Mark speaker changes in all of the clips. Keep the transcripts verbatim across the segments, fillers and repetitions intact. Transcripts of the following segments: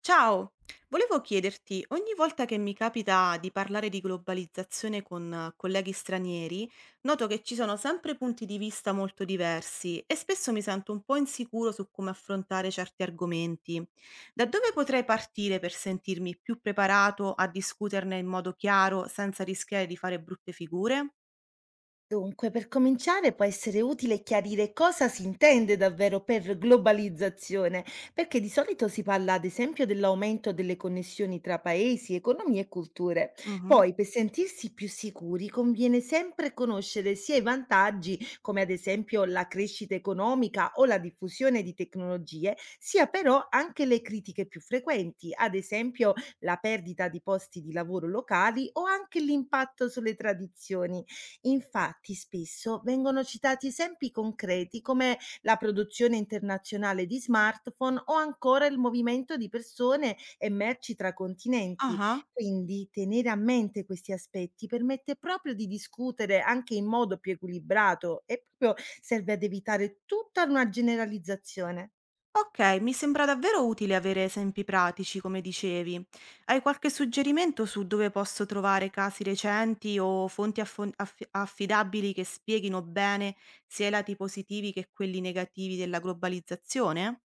Speaker 1: Ciao, volevo chiederti, ogni volta che mi capita di parlare di globalizzazione con eh, colleghi stranieri, noto che ci sono sempre punti di vista molto diversi e spesso mi sento un po' insicuro su come affrontare certi argomenti. Da dove potrei partire per sentirmi più preparato a discuterne in modo chiaro senza rischiare di fare brutte figure?
Speaker 2: Dunque, per cominciare può essere utile chiarire cosa si intende davvero per globalizzazione, perché di solito si parla ad esempio dell'aumento delle connessioni tra paesi, economie e culture.
Speaker 1: Mhm.
Speaker 2: Poi, per sentirsi più sicuri, conviene sempre conoscere sia i vantaggi, come ad esempio la crescita economica o la diffusione di tecnologie, sia però anche le critiche più frequenti, ad esempio la perdita di posti di lavoro locali o anche l'impatto sulle tradizioni. Infatti, spesso vengono citati esempi concreti come la produzione internazionale di smartphone o ancora il movimento di persone e merci tra continenti.
Speaker 1: Ah.
Speaker 2: Quindi tenere a mente questi aspetti permette proprio di discutere anche in modo più equilibrato e proprio serve ad evitare tutta una generalizzazione.
Speaker 1: Ok, mi sembra davvero utile avere esempi pratici, come dicevi. Hai qualche suggerimento su dove posso trovare casi recenti o fonti affon- aff- affidabili che spieghino bene sia i lati positivi che quelli negativi della globalizzazione?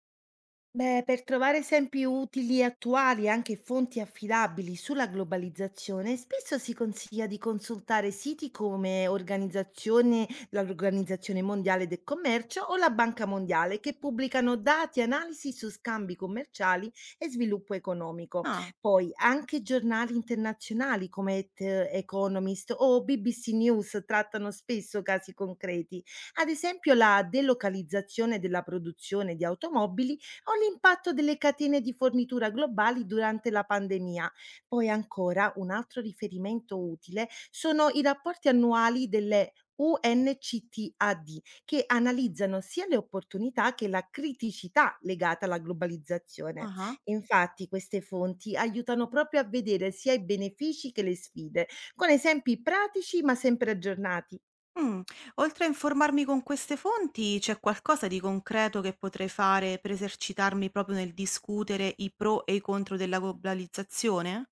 Speaker 2: Beh, per trovare esempi utili e attuali e anche fonti affidabili sulla globalizzazione, spesso si consiglia di consultare siti come organizzazione- l'Organizzazione Mondiale del Commercio o la Banca Mondiale, che pubblicano dati e analisi su scambi commerciali e sviluppo economico.
Speaker 1: Ah,
Speaker 2: Poi anche giornali internazionali come The Economist o B B C News trattano spesso casi concreti. Ad esempio, la delocalizzazione della produzione di automobili o l'impatto delle catene di fornitura globali durante la pandemia. Poi ancora un altro riferimento utile sono i rapporti annuali delle UNCTAD, che analizzano sia le opportunità che la criticità legata alla globalizzazione.
Speaker 1: ah.
Speaker 2: Infatti queste fonti aiutano proprio a vedere sia i benefici che le sfide, con esempi pratici ma sempre aggiornati.
Speaker 1: Mm. Oltre a informarmi con queste fonti, c'è qualcosa di concreto che potrei fare per esercitarmi proprio nel discutere i pro e i contro della globalizzazione?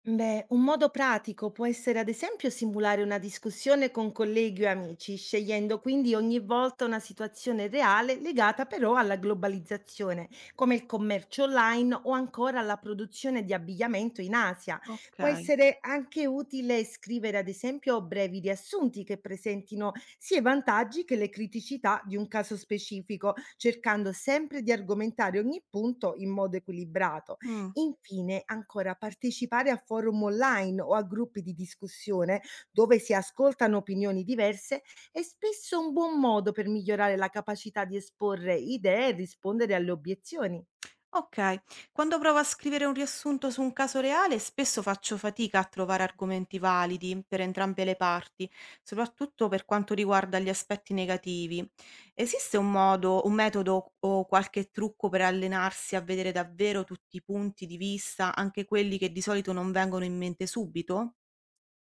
Speaker 2: Beh, un modo pratico può essere ad esempio simulare una discussione con colleghi o amici, scegliendo quindi ogni volta una situazione reale legata però alla globalizzazione, come il commercio online o ancora la produzione di abbigliamento in Asia.
Speaker 1: Ok.
Speaker 2: Può essere anche utile scrivere ad esempio brevi riassunti che presentino sia i vantaggi che le criticità di un caso specifico, cercando sempre di argomentare ogni punto in modo equilibrato.
Speaker 1: Mm.
Speaker 2: Infine, ancora, partecipare a forum online o a gruppi di discussione dove si ascoltano opinioni diverse è spesso un buon modo per migliorare la capacità di esporre idee e rispondere alle obiezioni.
Speaker 1: Okay. Quando provo a scrivere un riassunto su un caso reale, spesso faccio fatica a trovare argomenti validi per entrambe le parti, soprattutto per quanto riguarda gli aspetti negativi. Esiste un modo, un metodo o qualche trucco per allenarsi a vedere davvero tutti i punti di vista, anche quelli che di solito non vengono in mente subito?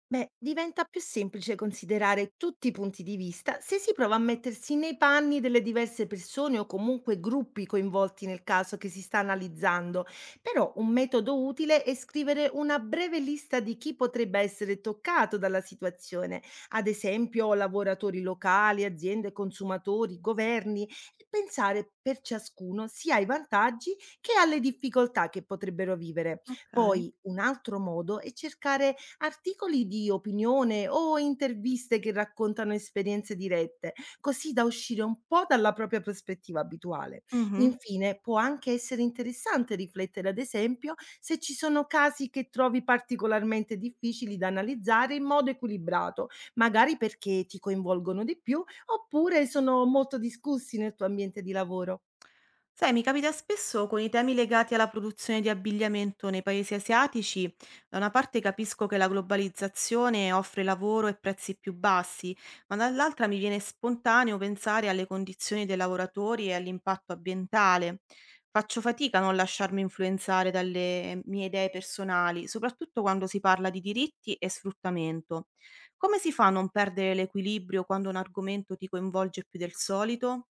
Speaker 2: Beh, diventa più semplice considerare tutti i punti di vista se si prova a mettersi nei panni delle diverse persone o comunque gruppi coinvolti nel caso che si sta analizzando. Però un metodo utile è scrivere una breve lista di chi potrebbe essere toccato dalla situazione, ad esempio lavoratori locali, aziende, consumatori, governi, e pensare per ciascuno sia ai vantaggi che alle difficoltà che potrebbero vivere.
Speaker 1: Okay.
Speaker 2: Poi un altro modo è cercare articoli di opinione o interviste che raccontano esperienze dirette, così da uscire un po' dalla propria prospettiva abituale.
Speaker 1: Mh-mh.
Speaker 2: Infine, può anche essere interessante riflettere, ad esempio, se ci sono casi che trovi particolarmente difficili da analizzare in modo equilibrato, magari perché ti coinvolgono di più oppure sono molto discussi nel tuo ambiente di lavoro.
Speaker 1: Sai, mi capita spesso con i temi legati alla produzione di abbigliamento nei paesi asiatici. Da una parte capisco che la globalizzazione offre lavoro e prezzi più bassi, ma dall'altra mi viene spontaneo pensare alle condizioni dei lavoratori e all'impatto ambientale. Faccio fatica a non lasciarmi influenzare dalle mie idee personali, soprattutto quando si parla di diritti e sfruttamento. Come si fa a non perdere l'equilibrio quando un argomento ti coinvolge più del solito?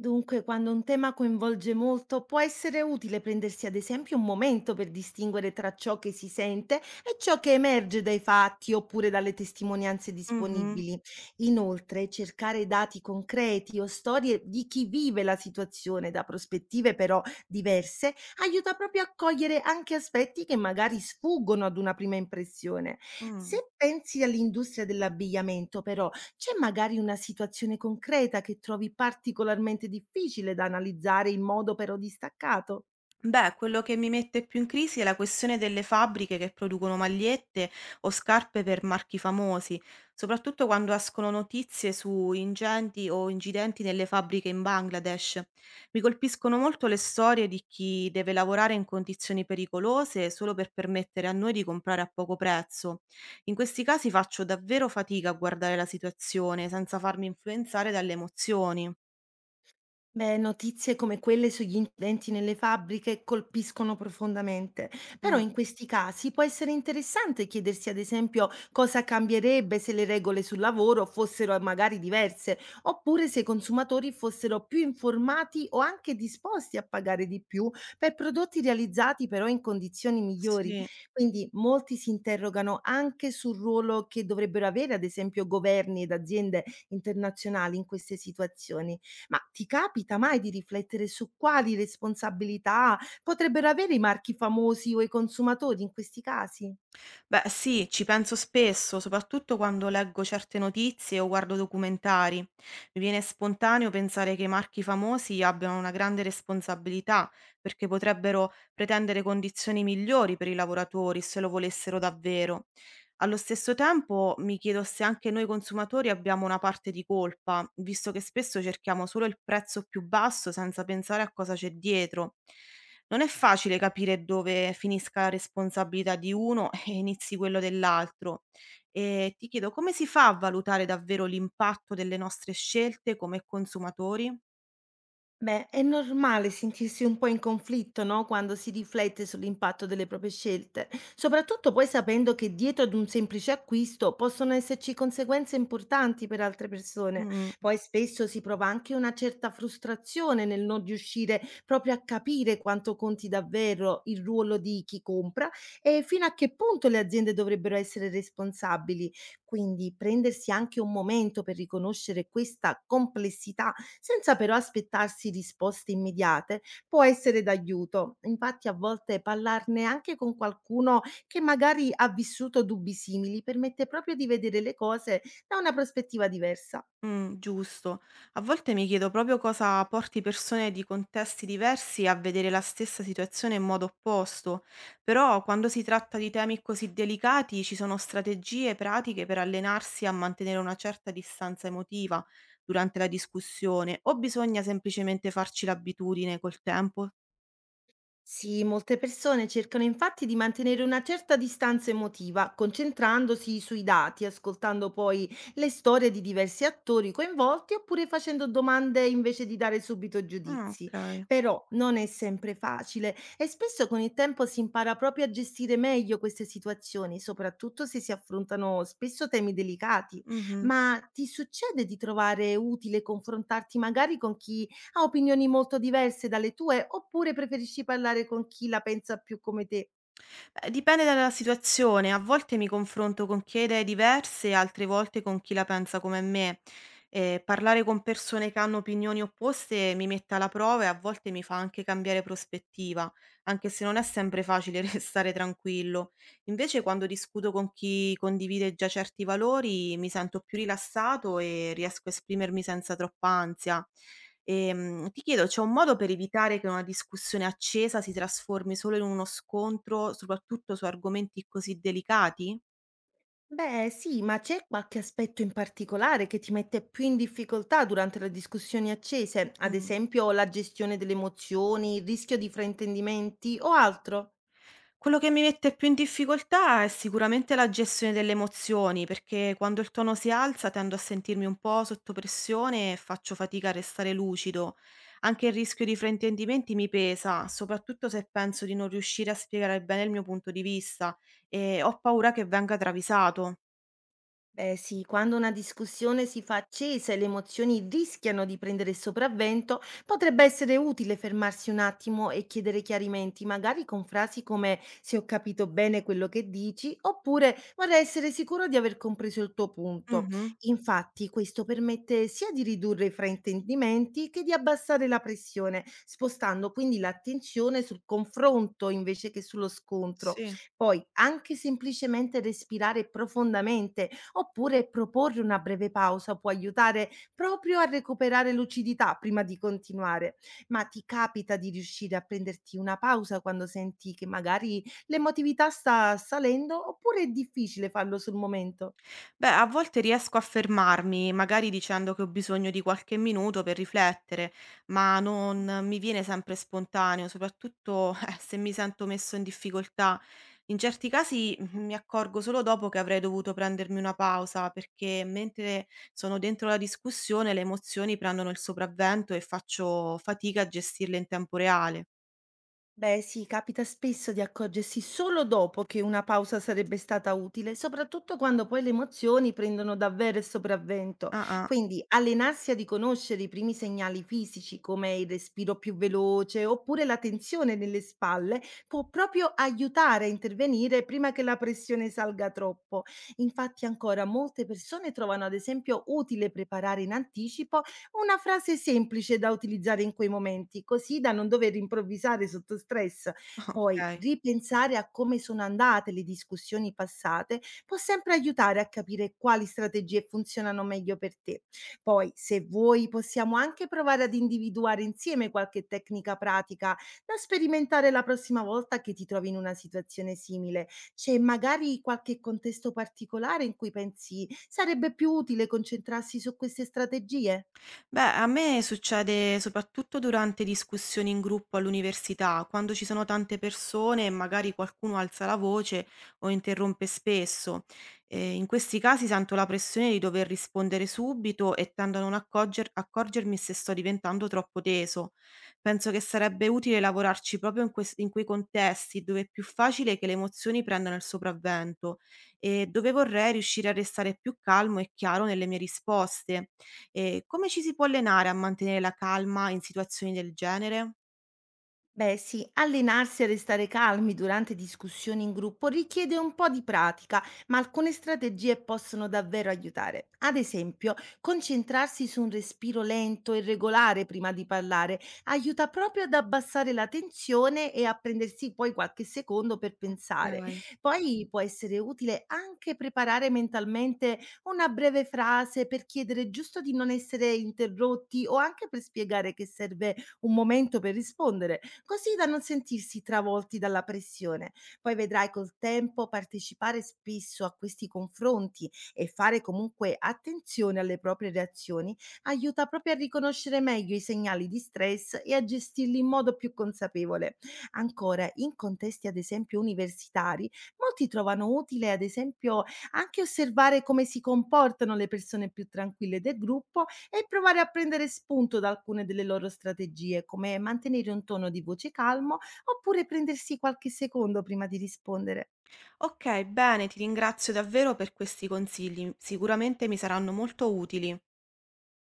Speaker 2: Dunque, quando un tema coinvolge molto, può essere utile prendersi ad esempio un momento per distinguere tra ciò che si sente e ciò che emerge dai fatti oppure dalle testimonianze
Speaker 1: Mhm,
Speaker 2: disponibili. Inoltre, cercare dati concreti o storie di chi vive la situazione da prospettive però diverse aiuta proprio a cogliere anche aspetti che magari sfuggono ad una prima impressione.
Speaker 1: mm.
Speaker 2: Se pensi all'industria dell'abbigliamento, però, c'è magari una situazione concreta che trovi particolarmente difficile da analizzare in modo però distaccato?
Speaker 1: Beh, quello che mi mette più in crisi è la questione delle fabbriche che producono magliette o scarpe per marchi famosi, soprattutto quando escono notizie su incendi o incidenti nelle fabbriche in Bangladesh. Mi colpiscono molto le storie di chi deve lavorare in condizioni pericolose solo per permettere a noi di comprare a poco prezzo. In questi casi faccio davvero fatica a guardare la situazione senza farmi influenzare dalle emozioni.
Speaker 2: Beh, notizie come quelle sugli incidenti nelle fabbriche colpiscono profondamente, però
Speaker 1: Mm,
Speaker 2: in questi casi può essere interessante chiedersi ad esempio cosa cambierebbe se le regole sul lavoro fossero magari diverse, oppure se i consumatori fossero più informati o anche disposti a pagare di più per prodotti realizzati però in condizioni migliori.
Speaker 1: sì.
Speaker 2: Quindi molti si interrogano anche sul ruolo che dovrebbero avere ad esempio governi ed aziende internazionali in queste situazioni. Ma ti capita mai di riflettere su quali responsabilità potrebbero avere i marchi famosi o i consumatori in questi casi?
Speaker 1: Beh, sì, ci penso spesso, soprattutto quando leggo certe notizie o guardo documentari. Mi viene spontaneo pensare che i marchi famosi abbiano una grande responsabilità, perché potrebbero pretendere condizioni migliori per i lavoratori se lo volessero davvero. Allo stesso tempo mi chiedo se anche noi consumatori abbiamo una parte di colpa, visto che spesso cerchiamo solo il prezzo più basso senza pensare a cosa c'è dietro. Non è facile capire dove finisca la responsabilità di uno e inizi quello dell'altro. E ti chiedo come si fa a valutare davvero l'impatto delle nostre scelte come consumatori?
Speaker 2: Beh, è normale sentirsi un po' in conflitto, no? Quando si riflette sull'impatto delle proprie scelte, soprattutto poi sapendo che dietro ad un semplice acquisto possono esserci conseguenze importanti per altre persone.
Speaker 1: Mh-mh.
Speaker 2: Poi spesso si prova anche una certa frustrazione nel non riuscire proprio a capire quanto conti davvero il ruolo di chi compra e fino a che punto le aziende dovrebbero essere responsabili. Quindi prendersi anche un momento per riconoscere questa complessità senza però aspettarsi risposte immediate, può essere d'aiuto. Infatti a volte parlarne anche con qualcuno che magari ha vissuto dubbi simili permette proprio di vedere le cose da una prospettiva diversa.
Speaker 1: Mh, giusto. A volte mi chiedo proprio cosa porti persone di contesti diversi a vedere la stessa situazione in modo opposto, però quando si tratta di temi così delicati ci sono strategie pratiche per allenarsi a mantenere una certa distanza emotiva durante la discussione o bisogna semplicemente farci l'abitudine col tempo?
Speaker 2: Sì, molte persone cercano infatti di mantenere una certa distanza emotiva, concentrandosi sui dati, ascoltando poi le storie di diversi attori coinvolti oppure facendo domande invece di dare subito
Speaker 1: Ah,
Speaker 2: giudizi.
Speaker 1: okay.
Speaker 2: Però non è sempre facile e spesso con il tempo si impara proprio a gestire meglio queste situazioni, soprattutto se si affrontano spesso temi delicati.
Speaker 1: Mh-mh.
Speaker 2: Ma ti succede di trovare utile confrontarti magari con chi ha opinioni molto diverse dalle tue oppure preferisci parlare con chi la pensa più come te?
Speaker 1: Ehm, dipende dalla situazione, a volte mi confronto con chi ha idee diverse, altre volte con chi la pensa come me. Ehm, parlare con persone che hanno opinioni opposte mi mette alla prova e a volte mi fa anche cambiare prospettiva, anche se non è sempre facile restare tranquillo. Invece quando discuto con chi condivide già certi valori mi sento più rilassato e riesco a esprimermi senza troppa ansia. Ehm, ti chiedo, c'è un modo per evitare che una discussione accesa si trasformi solo in uno scontro, soprattutto su argomenti così delicati?
Speaker 2: Beh, sì, ma c'è qualche aspetto in particolare che ti mette più in difficoltà durante le discussioni accese, ad
Speaker 1: Mh.
Speaker 2: esempio la gestione delle emozioni, il rischio di fraintendimenti o altro?
Speaker 1: Quello che mi mette più in difficoltà è sicuramente la gestione delle emozioni, perché quando il tono si alza tendo a sentirmi un po' sotto pressione e faccio fatica a restare lucido. Anche il rischio di fraintendimenti mi pesa, soprattutto se penso di non riuscire a spiegare bene il mio punto di vista e ho paura che venga travisato.
Speaker 2: Beh sì, quando una discussione si fa accesa e le emozioni rischiano di prendere il sopravvento, potrebbe essere utile fermarsi un attimo e chiedere chiarimenti, magari con frasi come se ho capito bene quello che dici, oppure vorrei essere sicuro di aver compreso il tuo punto.
Speaker 1: Mh-mh.
Speaker 2: Infatti, questo permette sia di ridurre i fraintendimenti che di abbassare la pressione, spostando quindi l'attenzione sul confronto invece che sullo scontro.
Speaker 1: Sì.
Speaker 2: Poi, anche semplicemente respirare profondamente oppure proporre una breve pausa può aiutare proprio a recuperare lucidità prima di continuare. Ma ti capita di riuscire a prenderti una pausa quando senti che magari l'emotività sta salendo oppure è difficile farlo sul momento?
Speaker 1: Beh, a volte riesco a fermarmi, magari dicendo che ho bisogno di qualche minuto per riflettere, ma non mi viene sempre spontaneo, soprattutto eh, se mi sento messo in difficoltà. In certi casi mm, mi accorgo solo dopo che avrei dovuto prendermi una pausa, perché mentre sono dentro la discussione le emozioni prendono il sopravvento e faccio fatica a gestirle in tempo reale.
Speaker 2: Beh, sì, capita spesso di accorgersi solo dopo che una pausa sarebbe stata utile, soprattutto quando poi le emozioni prendono davvero il sopravvento.
Speaker 1: Ah, ah,
Speaker 2: Quindi allenarsi a riconoscere i primi segnali fisici, come il respiro più veloce oppure la tensione nelle spalle, può proprio aiutare a intervenire prima che la pressione salga troppo. Infatti, ancora molte persone trovano ad esempio utile preparare in anticipo una frase semplice da utilizzare in quei momenti, così da non dover improvvisare sotto stress. Poi
Speaker 1: ok.
Speaker 2: ripensare a come sono andate le discussioni passate può sempre aiutare a capire quali strategie funzionano meglio per te. Poi, se vuoi, possiamo anche provare ad individuare insieme qualche tecnica pratica da sperimentare la prossima volta che ti trovi in una situazione simile. C'è magari qualche contesto particolare in cui pensi sarebbe più utile concentrarsi su queste strategie?
Speaker 1: Beh, a me succede soprattutto durante discussioni in gruppo all'università, quando ci sono tante persone e magari qualcuno alza la voce o interrompe spesso. Eh, in questi casi sento la pressione di dover rispondere subito e tendo a non accorger- accorgermi se sto diventando troppo teso. Penso che sarebbe utile lavorarci proprio in, quest- in quei contesti dove è più facile che le emozioni prendano il sopravvento e dove vorrei riuscire a restare più calmo e chiaro nelle mie risposte. Ehm, come ci si può allenare a mantenere la calma in situazioni del genere?
Speaker 2: Beh, sì, allenarsi a restare calmi durante discussioni in gruppo richiede un po' di pratica, ma alcune strategie possono davvero aiutare. Ad esempio, concentrarsi su un respiro lento e regolare prima di parlare aiuta proprio ad abbassare la tensione e a prendersi poi qualche secondo per pensare.
Speaker 1: Okay.
Speaker 2: Poi può essere utile anche preparare mentalmente una breve frase per chiedere giusto di non essere interrotti o anche per spiegare che serve un momento per rispondere così da non sentirsi travolti dalla pressione. Poi vedrai col tempo partecipare spesso a questi confronti e fare comunque attenzione alle proprie reazioni aiuta proprio a riconoscere meglio i segnali di stress e a gestirli in modo più consapevole. Ancora, in contesti ad esempio universitari, molti trovano utile ad esempio anche osservare come si comportano le persone più tranquille del gruppo e provare a prendere spunto da alcune delle loro strategie, come mantenere un tono di voce calmo oppure prendersi qualche secondo prima di rispondere.
Speaker 1: Okay, bene, ti ringrazio davvero per questi consigli. Sicuramente mi saranno molto utili.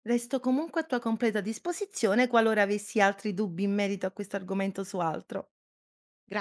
Speaker 2: Resto comunque a tua completa disposizione qualora avessi altri dubbi in merito a questo argomento o su altro.
Speaker 1: Gra